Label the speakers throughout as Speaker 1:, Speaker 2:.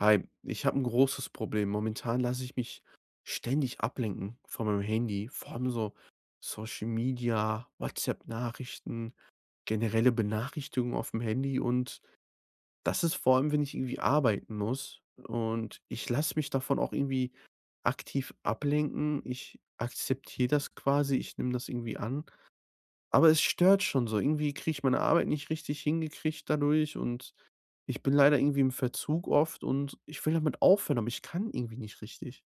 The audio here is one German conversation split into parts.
Speaker 1: Hi, ich habe ein großes Problem. Momentan lasse ich mich ständig ablenken von meinem Handy, vor allem so Social Media, WhatsApp-Nachrichten, generelle Benachrichtigungen auf dem Handy und das ist vor allem, wenn ich irgendwie arbeiten muss und ich lasse mich davon auch irgendwie aktiv ablenken. Ich akzeptiere das quasi, ich nehme das irgendwie an, aber es stört schon so. Irgendwie kriege ich meine Arbeit nicht richtig hingekriegt dadurch und ich bin leider irgendwie im Verzug oft und ich will damit aufhören, aber ich kann irgendwie nicht richtig.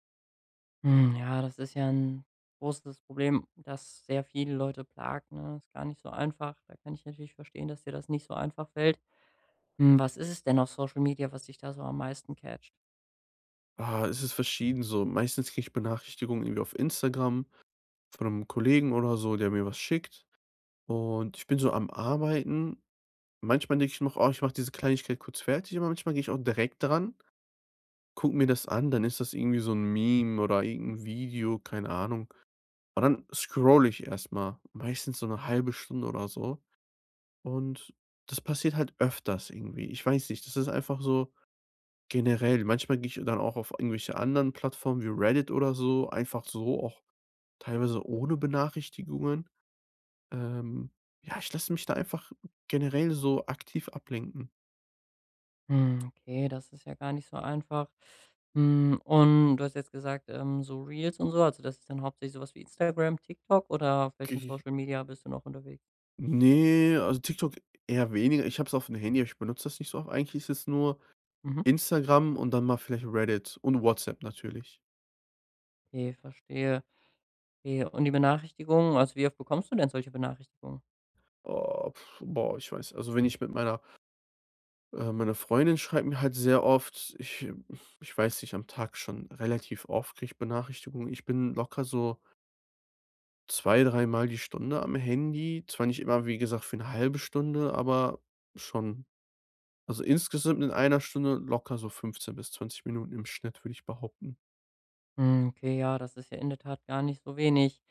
Speaker 2: Hm, ja, das ist ja ein großes Problem, das sehr viele Leute plagt, ne? Ist gar nicht so einfach. Da kann ich natürlich verstehen, dass dir das nicht so einfach fällt. Was ist es denn auf Social Media, was dich da so am meisten catcht?
Speaker 1: Ah, es ist verschieden so. Meistens kriege ich Benachrichtigungen irgendwie auf Instagram von einem Kollegen oder so, der mir was schickt. Und ich bin so am Arbeiten. Manchmal denke ich noch: „Oh, ich mache diese Kleinigkeit kurz fertig", aber manchmal gehe ich auch direkt dran, gucke mir das an, dann ist das irgendwie so ein Meme oder irgend 'n Video, keine Ahnung. Und dann scroll ich erst mal, meistens so eine halbe Stunde oder so. Und das passiert halt öfters irgendwie. Ich weiß nicht, das ist einfach so generell, manchmal gehe ich dann auch auf irgendwelche anderen Plattformen wie Reddit oder so, einfach so, auch teilweise ohne Benachrichtigungen. Ähm, ja, ich lasse mich da einfach generell so aktiv ablenken.
Speaker 2: Hm, okay, das ist ja gar nicht so einfach. Und du hast jetzt gesagt, so Reels und so, also das ist dann hauptsächlich sowas wie Instagram, TikTok oder auf welchen
Speaker 1: Ge
Speaker 2: Social Media bist du noch unterwegs?
Speaker 1: ne, also TikTok eher weniger. Ich habe es auf dem Handy, aber ich benutze das nicht so oft. Eigentlich ist es nur
Speaker 2: Mhm.
Speaker 1: Instagram und dann mal vielleicht Reddit und WhatsApp natürlich.
Speaker 2: Okay, verstehe. Okay, und die Benachrichtigungen, also wie oft bekommst du denn solche Benachrichtigungen?
Speaker 1: Oh, pf, boah, ich weiß also, wenn ich mit meiner meine Freundin schreibt mir halt sehr oft, ich weiß nicht, am Tag schon relativ oft kriege ich Benachrichtigungen. Ich bin locker so zwei, dreimal die Stunde am Handy. Zwar nicht immer, wie gesagt, für eine halbe Stunde, aber schon. Also, insgesamt in einer Stunde locker so 15 bis 20 Minuten im Schnitt, würde ich behaupten.
Speaker 2: Hm, okay, ja, das ist ja in der Tat gar nicht so wenig.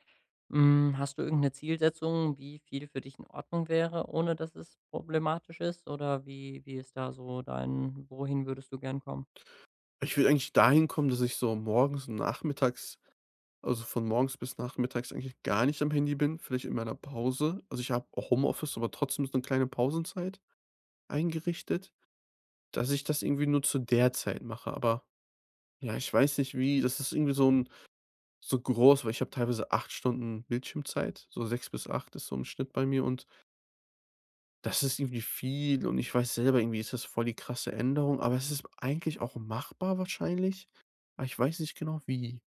Speaker 2: Hast du irgendeine Zielsetzung, wie viel für dich in Ordnung wäre, ohne dass es problematisch ist? Oder wie ist da so dein wohin würdest du gern kommen?
Speaker 1: Ich will eigentlich dahin kommen, dass ich so morgens und nachmittags, also von morgens bis nachmittags, eigentlich gar nicht am Handy bin, vielleicht in meiner Pause. Also, ich habe Homeoffice, aber trotzdem so eine kleine Pausenzeit eingerichtet. Dass ich das irgendwie nur zu der Zeit mache, aber ja, ich weiß nicht wie, das ist irgendwie so ein so groß, weil ich habe teilweise 8 Stunden Bildschirmzeit, so 6 bis 8 ist so im Schnitt bei mir und das ist irgendwie viel und ich weiß selber, irgendwie ist das voll die krasse Änderung, aber es ist eigentlich auch machbar wahrscheinlich, aber ich weiß nicht genau wie.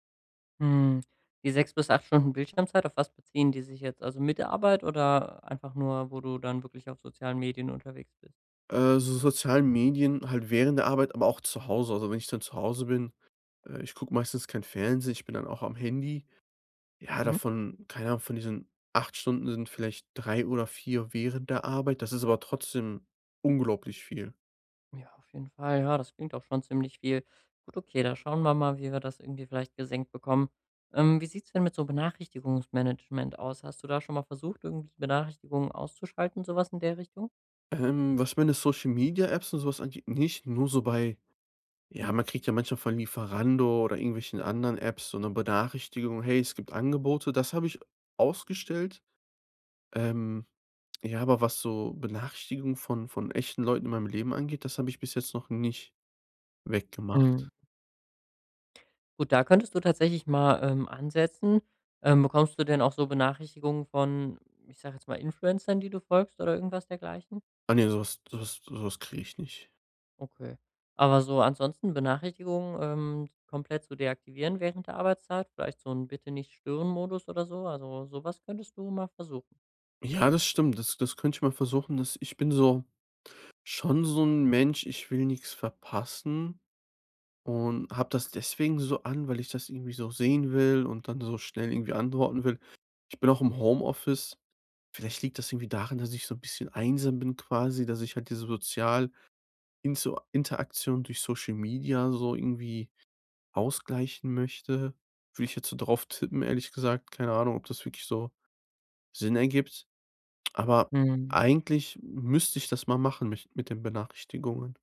Speaker 2: Hm, die 6 bis 8 Stunden Bildschirmzeit, auf was beziehen die sich jetzt? Also, mit der Arbeit oder einfach nur, wo du dann wirklich auf sozialen Medien unterwegs bist?
Speaker 1: So sozialen Medien halt während der Arbeit, aber auch zu Hause. Also, wenn ich dann zu Hause bin, ich gucke meistens kein Fernsehen, ich bin dann auch am Handy. Ja,
Speaker 2: Mhm.
Speaker 1: davon keine Ahnung, von diesen 8 Stunden sind vielleicht 3 oder 4 während der Arbeit. Das ist aber trotzdem unglaublich viel.
Speaker 2: Ja, auf jeden Fall. Ja, das klingt auch schon ziemlich viel. Gut, okay, da schauen wir mal, wie wir das irgendwie vielleicht gesenkt bekommen. Wie sieht es denn mit so Benachrichtigungsmanagement aus? Hast du da schon mal versucht, irgendwie Benachrichtigungen auszuschalten, sowas in der Richtung?
Speaker 1: Was meine Social Media Apps und sowas angeht, nicht, nur so bei, ja, man kriegt ja manchmal von Lieferando oder irgendwelchen anderen Apps so eine Benachrichtigung: „Hey, es gibt Angebote." Das habe ich ausgestellt. Ähm, ja, aber was so Benachrichtigungen von echten Leuten in meinem Leben angeht, das habe ich bis jetzt noch nicht
Speaker 2: Mhm.
Speaker 1: weggemacht.
Speaker 2: Gut, da könntest du tatsächlich mal ansetzen. Bekommst du denn auch so Benachrichtigungen von, ich sag jetzt mal, Influencern, die du folgst oder irgendwas dergleichen?
Speaker 1: Ah nee, sowas was so kriege ich nicht.
Speaker 2: Okay. Aber so ansonsten Benachrichtigungen, komplett zu deaktivieren während der Arbeitszeit? Vielleicht so ein Bitte-nicht-stören-Modus oder so? Also, sowas könntest du mal versuchen.
Speaker 1: Ja, das stimmt. Das könnte ich mal versuchen, dass ich, bin so schon so ein Mensch, ich will nichts verpassen und habe das deswegen so an, weil ich das irgendwie so sehen will und dann so schnell irgendwie antworten will. Ich bin auch im Homeoffice. Vielleicht liegt das irgendwie daran, dass ich so ein bisschen einsam bin quasi, dass ich halt diese sozial Inso Interaktion durch Social Media so irgendwie ausgleichen möchte. Will ich jetzt so drauf tippen, ehrlich gesagt. Keine Ahnung, ob das wirklich so Sinn ergibt. Aber
Speaker 2: Mhm.
Speaker 1: eigentlich müsste ich das mal machen mich mit den Benachrichtigungen.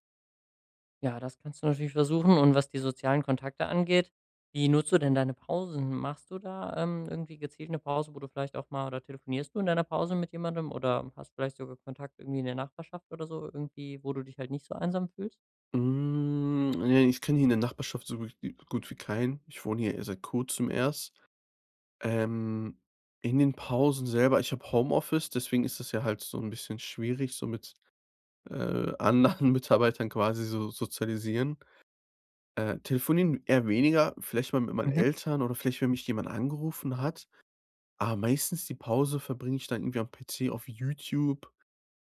Speaker 2: Ja, das kannst du natürlich versuchen und was die sozialen Kontakte angeht, wie nutzt du denn deine Pausen? Machst du da, irgendwie gezielt 'ne Pause, wo du vielleicht auch mal oder telefonierst du in deiner Pause mit jemandem oder hast vielleicht sogar Kontakt irgendwie in der Nachbarschaft oder so, irgendwie, wo du dich halt nicht so einsam fühlst?
Speaker 1: Hm, ne, ich kenne hier in der Nachbarschaft so gut wie keinen. Ich wohne hier seit Kurzem erst. Ähm, in den Pausen selber, ich habe Homeoffice, deswegen ist das ja halt so ein bisschen schwierig, so mit, anderen Mitarbeitern quasi so sozialisieren. Telefonieren eher weniger, vielleicht mal mit meinen
Speaker 2: Mhm.
Speaker 1: Eltern oder vielleicht, wenn mich jemand angerufen hat. Aber meistens die Pause verbringe ich dann irgendwie am PC auf YouTube.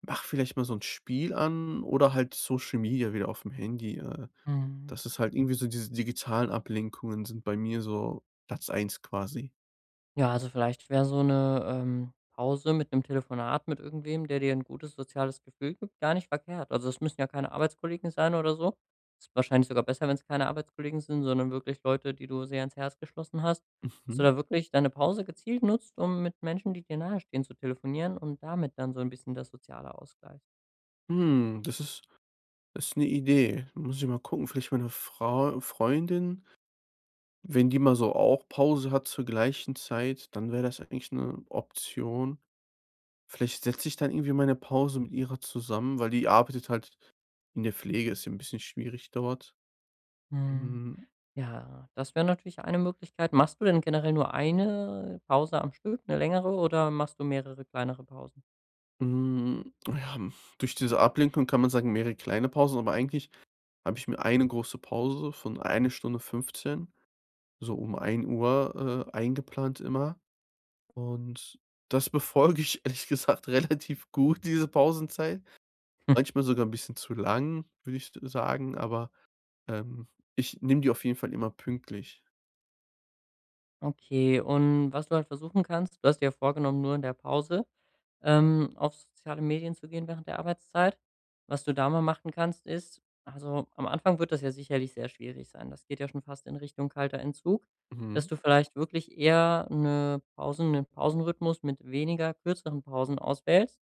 Speaker 1: Mach vielleicht mal so 'n Spiel an oder halt Social Media wieder aufm Handy.
Speaker 2: Mhm.
Speaker 1: Das ist halt irgendwie so, diese digitalen Ablenkungen sind bei mir so Platz eins quasi.
Speaker 2: Ja, also vielleicht wäre so eine Pause mit einem Telefonat mit irgendwem, der dir ein gutes soziales Gefühl gibt, gar nicht verkehrt. Also, es müssen ja keine Arbeitskollegen sein oder so. Ist wahrscheinlich sogar besser, wenn es keine Arbeitskollegen sind, sondern wirklich Leute, die du sehr ans Herz geschlossen hast, dass du
Speaker 1: Mhm.
Speaker 2: da wirklich deine Pause gezielt nutzt, um mit Menschen, die dir nahestehen, zu telefonieren und damit dann so ein bisschen der soziale Ausgleich.
Speaker 1: Hm, das ist 'ne Idee. Muss ich mal gucken. Vielleicht meine Frau Freundin, wenn die mal so auch Pause hat zur gleichen Zeit, dann wäre das eigentlich 'ne Option. Vielleicht setze ich dann irgendwie meine Pause mit ihrer zusammen, weil die arbeitet halt in der Pflege, ist ja 'n bisschen schwierig dort.
Speaker 2: Hm,
Speaker 1: Mhm.
Speaker 2: ja, das wäre natürlich eine Möglichkeit. Machst du denn generell nur eine Pause am Stück, eine längere, oder machst du mehrere kleinere Pausen?
Speaker 1: Hm, ja, hm, durch diese Ablenkung kann man sagen, mehrere kleine Pausen, aber eigentlich habe ich mir eine große Pause von 1 Stunde 15 so um 13:00, eingeplant immer. Und das befolge ich ehrlich gesagt relativ gut, diese Pausenzeit. Manchmal sogar ein bisschen zu lang, würde ich s sagen, aber, ähm, ich nehme die auf jeden Fall immer pünktlich.
Speaker 2: Okay, und was du halt versuchen kannst, du hast dir ja vorgenommen, nur in der Pause, auf soziale Medien zu gehen während der Arbeitszeit. Was du da mal machen kannst, ist, also am Anfang wird das ja sicherlich sehr schwierig sein. Das geht ja schon fast in Richtung kalter Entzug, dass
Speaker 1: Mhm,
Speaker 2: du vielleicht wirklich eher eine Pausen, einen Pausenrhythmus mit weniger kürzeren Pausen auswählst,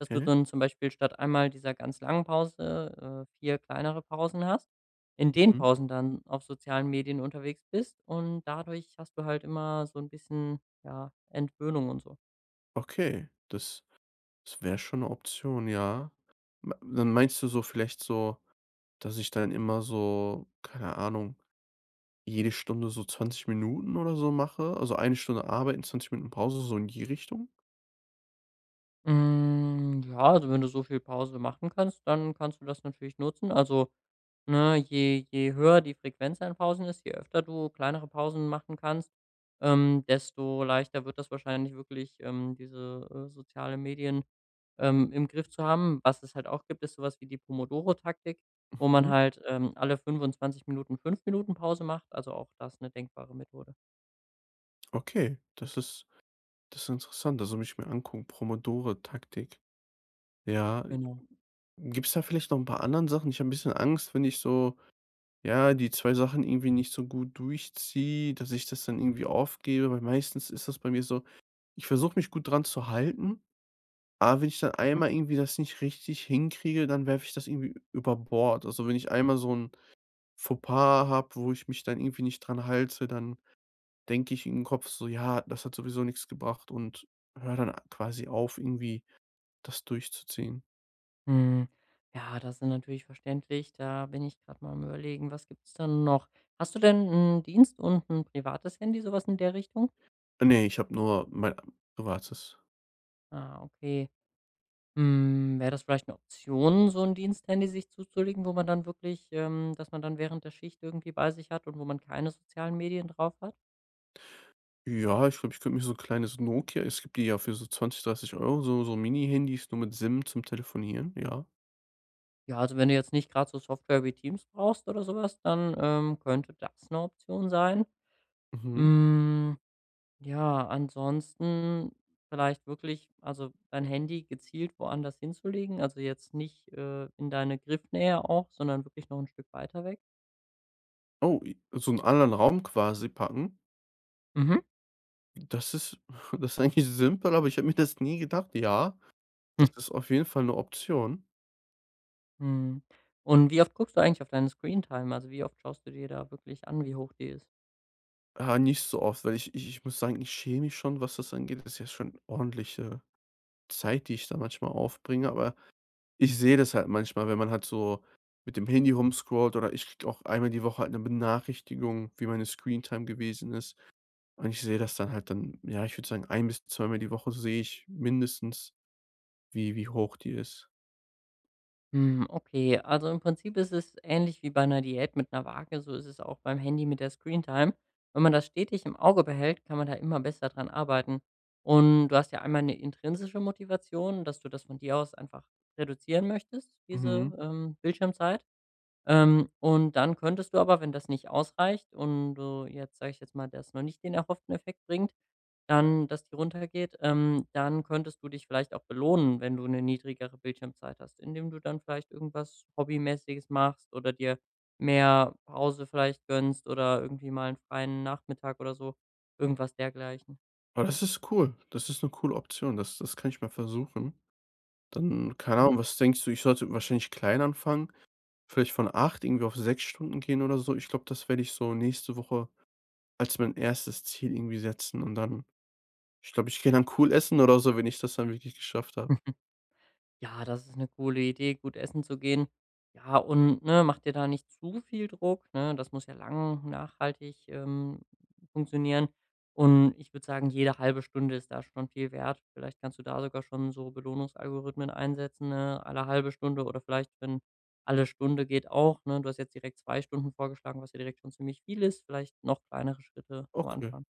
Speaker 2: dass du
Speaker 1: okay.
Speaker 2: dann zum Beispiel statt einmal dieser ganz langen Pause, 4 kleinere Pausen hast, in den
Speaker 1: Mhm.
Speaker 2: Pausen dann auf sozialen Medien unterwegs bist und dadurch hast du halt immer so ein bisschen, ja, Entwöhnung und so.
Speaker 1: Okay, das wäre schon eine Option, ja. Ma dann meinst du so vielleicht so, dass ich dann immer so, keine Ahnung, jede Stunde so 20 Minuten oder so mache, also eine Stunde arbeiten, 20 Minuten Pause, so in die Richtung?
Speaker 2: Hm, ja, also, wenn du so viel Pause machen kannst, dann kannst du das natürlich nutzen. Also, ne, je höher die Frequenz an Pausen ist, je öfter du kleinere Pausen machen kannst, desto leichter wird das wahrscheinlich wirklich, diese, soziale Medien im Griff zu haben. Was es halt auch gibt, ist sowas wie die Pomodoro-Taktik, wo man
Speaker 1: Mhm.
Speaker 2: halt, alle 25 Minuten 5 Minuten Pause macht, also auch das eine denkbare Methode.
Speaker 1: Okay, das ist interessant, das muss ich mir angucken, Promodore taktik. Ja,
Speaker 2: Genau.
Speaker 1: gibt's da vielleicht noch ein paar anderen Sachen? Ich habe ein bisschen Angst, wenn ich so, ja, die 2 Sachen irgendwie nicht so gut durchziehe, dass ich das dann irgendwie aufgebe, weil meistens ist das bei mir so, ich versuche mich gut dran zu halten. Aber wenn ich dann
Speaker 2: Mhm.
Speaker 1: einmal irgendwie das nicht richtig hinkriege, dann werfe ich das irgendwie über Bord. Also, wenn ich einmal so ein Fauxpas habe, wo ich mich dann irgendwie nicht dran halte, dann denke ich im Kopf so: „Ja, das hat sowieso nichts gebracht" und höre dann quasi auf, irgendwie das durchzuziehen.
Speaker 2: Hm, ja, das sind natürlich verständlich. Da bin ich gerade mal am Überlegen, was gibt es dann noch? Hast du denn 'n Dienst und ein privates Handy, sowas in der Richtung?
Speaker 1: Ne, ich habe nur mein privates.
Speaker 2: Ah, okay. Wäre das vielleicht eine Option, so 'n Diensthandy sich zuzulegen, wo man dann wirklich das man dann während der Schicht irgendwie bei sich hat und wo man keine sozialen Medien drauf hat?
Speaker 1: Ja, ich glaube, ich könnte mir so ein kleines Nokia, es gibt die ja für so 20, 30 Euro. So Mini-Handys nur mit SIM zum Telefonieren, ja.
Speaker 2: Ja, also wenn du jetzt nicht gerade so Software wie Teams brauchst oder sowas, dann könnte das eine Option sein.
Speaker 1: Mhm.
Speaker 2: Hm, ja, ansonsten vielleicht wirklich also dein Handy gezielt woanders hinzulegen, also jetzt nicht in deine Griffnähe auch, sondern wirklich noch ein Stück weiter weg.
Speaker 1: Oh, i so in anderen Raum quasi packen?
Speaker 2: Mhm.
Speaker 1: Das ist das ist eigentlich simpel, aber ich habe mir das nie gedacht. Ja,
Speaker 2: Hm.
Speaker 1: das ist auf jeden Fall eine Option.
Speaker 2: Mhm. Und wie oft guckst du eigentlich auf deine Screen Time? Also, wie oft schaust du dir da wirklich an, wie hoch die ist?
Speaker 1: Ah, nicht so oft, weil ich muss sagen, ich schäme mich schon, was das angeht. Das ist ja schon ordentliche Zeit, die ich da manchmal aufbringe, aber ich sehe das halt manchmal, wenn man halt so mit dem Handy rumscrollt oder ich kriege auch einmal die Woche halt eine Benachrichtigung, wie meine Screentime gewesen ist. Und ich sehe das dann halt dann, ja, ich würde sagen, ein bis zweimal die Woche sehe ich mindestens, wie hoch die ist.
Speaker 2: Hm, okay. Also, im Prinzip ist es ähnlich wie bei einer Diät mit einer Waage, so ist es auch beim Handy mit der Screentime. Wenn man das stetig im Auge behält, kann man da immer besser dran arbeiten. Und du hast ja einmal eine intrinsische Motivation, dass du das von dir aus einfach reduzieren möchtest, diese,
Speaker 1: Mhm.
Speaker 2: Bildschirmzeit. Und dann könntest du aber, wenn das nicht ausreicht und du jetzt, sage ich jetzt mal, das noch nicht den erhofften Effekt bringt, dann, dass die runtergeht, dann könntest du dich vielleicht auch belohnen, wenn du eine niedrigere Bildschirmzeit hast, indem du dann vielleicht irgendwas Hobbymäßiges machst oder dir mehr Pause vielleicht gönnst oder irgendwie mal einen freien Nachmittag oder so, irgendwas dergleichen.
Speaker 1: Aber das ist cool. Das ist 'ne coole Option. Das kann ich mal versuchen. Dann, keine Ahnung, was denkst du, ich sollte wahrscheinlich klein anfangen, vielleicht von 8 irgendwie auf 6 Stunden gehen oder so? Ich glaube, das werde ich so nächste Woche als mein erstes Ziel irgendwie setzen und dann, ich glaube, ich gehe dann cool essen oder so, wenn ich das dann wirklich geschafft habe.
Speaker 2: Mhm. Ja, das ist eine coole Idee, gut essen zu gehen. Ja, und, ne, mach dir da nicht zu viel Druck, ne? Das muss ja lang nachhaltig funktionieren. Und ich würde sagen, jede halbe Stunde ist da schon viel wert. Vielleicht kannst du da sogar schon so Belohnungsalgorithmen einsetzen, ne, alle halbe Stunde oder vielleicht, wenn alle Stunde geht auch, ne? Du hast jetzt direkt 2 Stunden vorgeschlagen, was ja direkt schon ziemlich viel ist. Vielleicht noch kleinere Schritte am
Speaker 1: Okay,
Speaker 2: Anfang.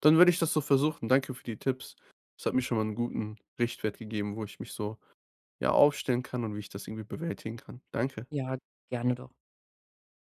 Speaker 1: dann werde ich das so versuchen. Danke für die Tipps. Das hat mir schon mal 'n guten Richtwert gegeben, wo ich mich so, ja, aufstellen kann und wie ich das irgendwie bewältigen kann. Danke.
Speaker 2: Ja, gerne doch.